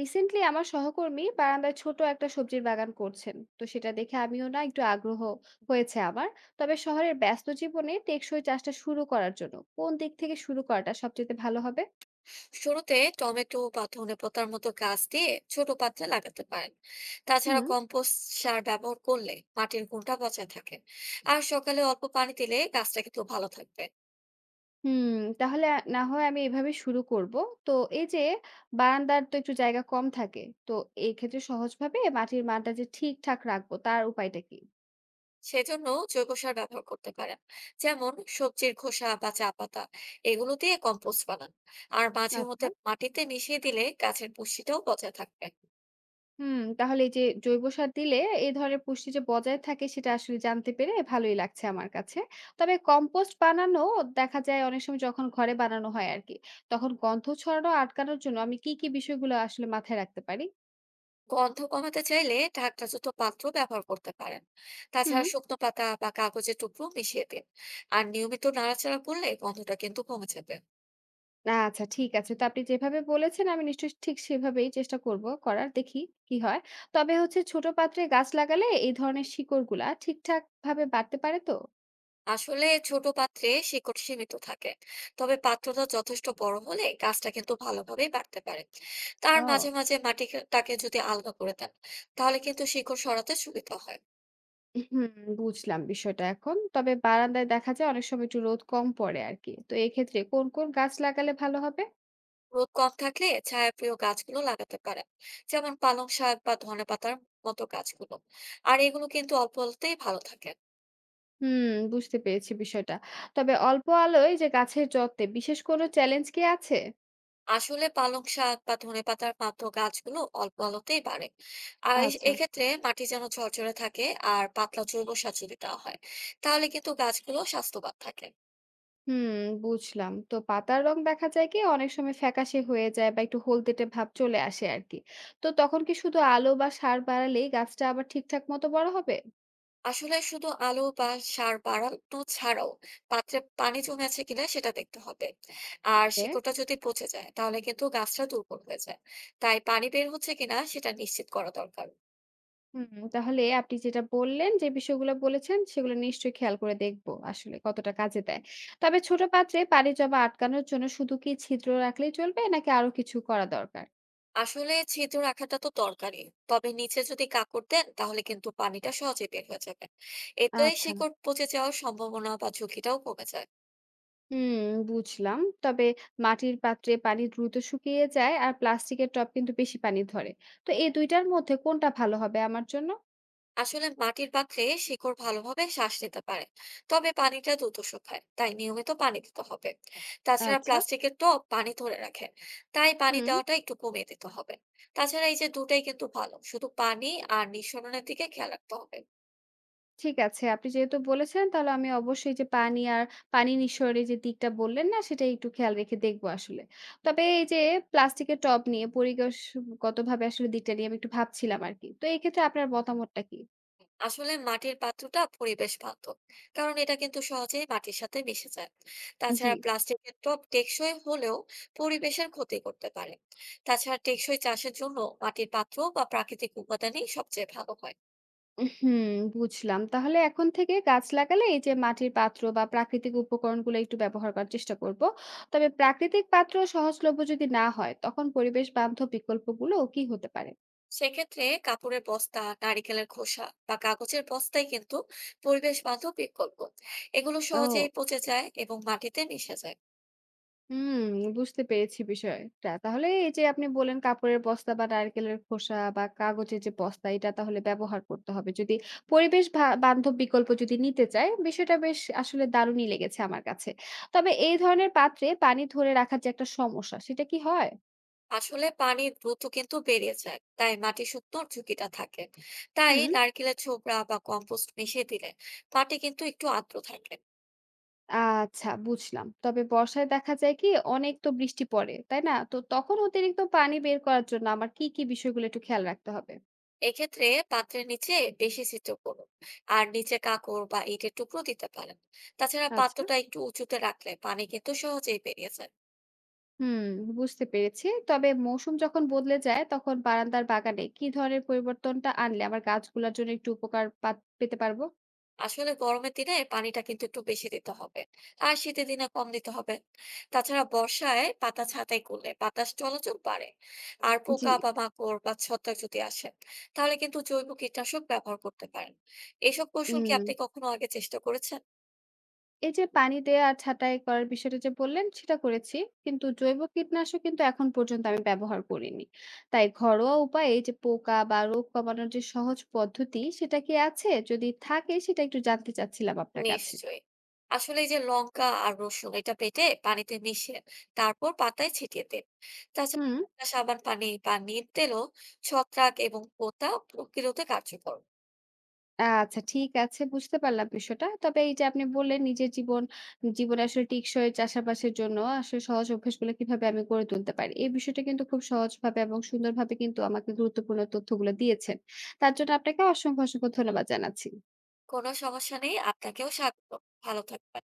Recently আমার সহকর্মী বারান্দায় ছোট একটা সবজির বাগান করছেন, তো সেটা দেখে আমিও না একটু আগ্রহ হয়েছে আমার। তবে শহরের ব্যস্ত জীবনে টেকসই চাষটা শুরু করার জন্য কোন দিক থেকে শুরু করাটা সবচেয়ে ভালো হবে? শুরুতে টমেটো বা ধনেপাতার মতো গাছ দিয়ে ছোট পাত্রে লাগাতে পারেন। তাছাড়া হুম। কম্পোস্ট সার ব্যবহার করলে মাটির গুণটা বজায় থাকে। আর সকালে অল্প পানি দিলে গাছটা কিন্তু ভালো থাকবে। হুম, তাহলে না হয় আমি এভাবে শুরু করব। তো এই যে, বারান্দার তো একটু জায়গা কম থাকে, তো এই ক্ষেত্রে সহজভাবে মাটির মানটা যে ঠিকঠাক রাখবো তার উপায়টা কি? সেজন্য জৈব সার ব্যবহার করতে পারেন, যেমন সবজির খোসা বা চা পাতা। এগুলো দিয়ে কম্পোস্ট বানান। আর মাঝে আচ্ছা। মধ্যে মাটিতে মিশিয়ে দিলে গাছের পুষ্টিটাও বজায় থাকবে। হুম, তাহলে এই যে জৈব সার দিলে এই ধরনের পুষ্টি যে বজায় থাকে, সেটা আসলে জানতে পেরে ভালোই লাগছে আমার কাছে। তবে কম্পোস্ট বানানো দেখা যায় অনেক সময় যখন ঘরে বানানো হয় আরকি। তখন গন্ধ ছড়ানো আটকানোর জন্য আমি কি কি বিষয়গুলো আসলে মাথায় রাখতে পারি? গন্ধ কমাতে চাইলে ঢাকনা যুক্ত পাত্র ব্যবহার করতে পারেন। তাছাড়া হুম। শুকনো পাতা বা কাগজের টুকরো মিশিয়ে দিন। আর নিয়মিত নাড়াচাড়া করলে গন্ধটা কিন্তু কমে যাবে। আচ্ছা, ঠিক আছে। তো আপনি যেভাবে বলেছেন আমি নিশ্চয়ই ঠিক সেভাবেই চেষ্টা করব করার। দেখি কি হয়। তবে হচ্ছে ছোট পাত্রে গাছ লাগালে এই ধরনের শিকড়গুলা ঠিকঠাকভাবে বাড়তে পারে তো? আসলে ছোট পাত্রে শিকড় সীমিত থাকে, তবে পাত্রটা যথেষ্ট বড় হলে গাছটা কিন্তু ভালোভাবেই বাড়তে পারে। তার মাঝে ও। মাঝে মাটিটাকে যদি আলগা করে দেন, তাহলে কিন্তু শিকড় সরাতে সুবিধা হয়। হুম, বুঝলাম বিষয়টা এখন। তবে বারান্দায় দেখা যায় অনেক সময় একটু রোদ কম পড়ে আরকি। তো এক্ষেত্রে কোন কোন গাছ লাগালে ভালো হবে? রোদ কম থাকলে ছায়াপ্রিয় গাছগুলো লাগাতে পারেন, যেমন পালং শাক বা ধনেপাতার মতো গাছগুলো। আর এগুলো কিন্তু অল্প অল্পতেই ভালো থাকে। হুম, বুঝতে পেরেছি বিষয়টা। তবে অল্প আলোয় যে গাছের যত্নে বিশেষ কোনো চ্যালেঞ্জ কি আছে? আসলে পালং শাক বা ধনেপাতার পাতার মতো গাছগুলো অল্প আলোতেই বাড়ে। আর আচ্ছা। এক্ষেত্রে মাটি যেন ঝরঝরে থাকে। আর পাতলা জৈব সার যদি দেওয়া হয়, তাহলে কিন্তু গাছগুলো স্বাস্থ্যবান থাকে। হুম, বুঝলাম। তো পাতার রং দেখা যায় কি অনেক সময় ফ্যাকাশে হয়ে যায় বা একটু হলদেটে ভাব চলে আসে আরকি। তো তখন কি শুধু আলো বা সার বাড়ালেই গাছটা আবার ঠিকঠাক মতো বড় হবে? আসলে শুধু আলো বা সার বাড়ানো ছাড়াও পাত্রে পানি জমে আছে কিনা সেটা দেখতে হবে। আর ওকে। শিকড়টা যদি পচে যায় তাহলে কিন্তু গাছটা দুর্বল হয়ে যায়। তাই পানি বের হচ্ছে কিনা সেটা নিশ্চিত করা দরকার। হুম, তাহলে আপনি যেটা বললেন, যে বিষয়গুলো বলেছেন সেগুলো নিশ্চয়ই খেয়াল করে দেখব আসলে কতটা কাজে দেয়। তবে ছোট পাত্রে পানি জমা আটকানোর জন্য শুধু কি ছিদ্র রাখলেই চলবে নাকি আরো কিছু করা দরকার? আসলে ছিদ্র রাখাটা তো দরকারই, তবে নিচে যদি কাকড় দেন তাহলে কিন্তু পানিটা সহজে বের হয়ে যাবে। এতে আচ্ছা। শিকড় পচে যাওয়ার সম্ভাবনা বা ঝুঁকিটাও কমে যায়। হুম, বুঝলাম। তবে মাটির পাত্রে পানি দ্রুত শুকিয়ে যায় আর প্লাস্টিকের টব কিন্তু বেশি পানি ধরে। তো এই দুইটার মধ্যে কোনটা ভালো হবে আমার জন্য? আসলে মাটির পাত্রে শিকড় ভালোভাবে শ্বাস নিতে পারে, তবে পানিটা দ্রুত শুকায়, তাই নিয়মিত পানি দিতে হবে। তাছাড়া আচ্ছা। প্লাস্টিকের টব পানি ধরে রাখে, তাই পানি হুম। দেওয়াটা একটু কমিয়ে দিতে হবে। তাছাড়া এই যে দুটাই কিন্তু ভালো, শুধু পানি আর নিঃসরণের দিকে খেয়াল রাখতে হবে। ঠিক আছে। আপনি যেহেতু বলেছেন তাহলে আমি অবশ্যই যে পানি আর পানি নিঃসরণের যে দিকটা বললেন না সেটা একটু খেয়াল রেখে দেখবো আসলে। তবে এই যে প্লাস্টিকের টব নিয়ে পরিবেশগতভাবে আসলে দিকটা নিয়ে আমি একটু ভাবছিলাম আরকি। তো এই ক্ষেত্রে আপনার মতামতটা কি? আসলে মাটির পাত্রটা পরিবেশ বান্ধব, কারণ এটা কিন্তু সহজেই মাটির সাথে মিশে যায়। জি। তাছাড়া প্লাস্টিকের টব টেকসই হলেও পরিবেশের ক্ষতি করতে পারে। তাছাড়া টেকসই চাষের জন্য মাটির পাত্র বা প্রাকৃতিক উপাদানই সবচেয়ে ভালো হয়। হুম, বুঝলাম। তাহলে এখন থেকে গাছ লাগালে এই যে মাটির পাত্র বা প্রাকৃতিক উপকরণগুলো একটু ব্যবহার করার চেষ্টা করব। তবে প্রাকৃতিক পাত্র সহজলভ্য যদি না হয় তখন পরিবেশ বান্ধব বিকল্পগুলো কি হতে পারে? সেক্ষেত্রে কাপড়ের বস্তা, নারিকেলের খোসা বা কাগজের বস্তাই কিন্তু পরিবেশ বান্ধব বিকল্প। এগুলো সহজেই ও। পচে যায় এবং মাটিতে মিশে যায়। হুম, বুঝতে পেরেছি বিষয়টা। তাহলে এই যে আপনি বললেন কাপড়ের বস্তা বা নারকেলের খোসা বা কাগজের যে বস্তা এটা তাহলে ব্যবহার করতে হবে। যদি পরিবেশ বান্ধব বিকল্প যদি নিতে চাই, বিষয়টা বেশ আসলে দারুণই লেগেছে আমার কাছে। তবে এই ধরনের পাত্রে পানি ধরে রাখার যে একটা সমস্যা সেটা কি হয়? আসলে পানি দ্রুত কিন্তু বেরিয়ে যায়, তাই মাটি শুকনোর ঝুঁকিটা থাকে। তাই হুম। নারকেলের ছোবড়া বা কম্পোস্ট মিশিয়ে দিলে মাটি কিন্তু একটু আর্দ্র থাকে। আচ্ছা, বুঝলাম। তবে বর্ষায় দেখা যায় কি অনেক তো বৃষ্টি পড়ে, তাই না? তো তখন অতিরিক্ত পানি বের করার জন্য আমার কি কি বিষয়গুলো একটু খেয়াল রাখতে হবে? এক্ষেত্রে পাত্রের নিচে বেশি ছিদ্র করুন। আর নিচে কাঁকর বা ইটের টুকরো দিতে পারেন। তাছাড়া আচ্ছা। পাত্রটা একটু উঁচুতে রাখলে পানি কিন্তু সহজেই বেরিয়ে যায়। হুম, বুঝতে পেরেছি। তবে মৌসুম যখন বদলে যায় তখন বারান্দার বাগানে কি ধরনের পরিবর্তনটা আনলে আমার গাছগুলোর জন্য একটু উপকার পেতে পারবো? আসলে গরমের দিনে পানিটা কিন্তু একটু বেশি দিতে হবে, আর শীতের দিনে কম দিতে হবে। তাছাড়া বর্ষায় পাতা ছাঁটাই করলে বাতাস চলাচল বাড়ে। আর জি। পোকা বা মাকড় বা ছত্রাক যদি আসে, তাহলে কিন্তু জৈব কীটনাশক ব্যবহার করতে পারেন। এসব কৌশল কি হুম, আপনি কখনো আগে চেষ্টা করেছেন? এই যে পানি দেয়া আর ছাঁটাই করার বিষয়টা যে বললেন সেটা করেছি। কিন্তু জৈব কীটনাশক কিন্তু এখন পর্যন্ত আমি ব্যবহার করিনি। তাই ঘরোয়া উপায়ে এই যে পোকা বা রোগ কমানোর যে সহজ পদ্ধতি সেটা কি আছে? যদি থাকে সেটা একটু জানতে চাচ্ছিলাম আপনার কাছে। নিশ্চয়ই। আসলে এই যে লঙ্কা আর রসুন এটা বেটে পানিতে মিশিয়ে তারপর পাতায় ছিটিয়ে দিন। হুম। তাছাড়া সাবান পানি বা নিম তেলও ছত্রাক এবং পোকা প্রতিরোধে কার্যকর। আচ্ছা, ঠিক আছে, বুঝতে পারলাম বিষয়টা। তবে এই যে আপনি বললেন নিজের জীবনে আসলে টিকসই চাষাবাসের জন্য আসলে সহজ অভ্যাসগুলো কিভাবে আমি গড়ে তুলতে পারি। এই বিষয়টা কিন্তু খুব সহজভাবে এবং সুন্দরভাবে কিন্তু আমাকে গুরুত্বপূর্ণ তথ্যগুলো দিয়েছেন। তার জন্য আপনাকে অসংখ্য অসংখ্য ধন্যবাদ জানাচ্ছি। কোনো সমস্যা নেই। আপনাকেও স্বাগতম। ভালো থাকবেন।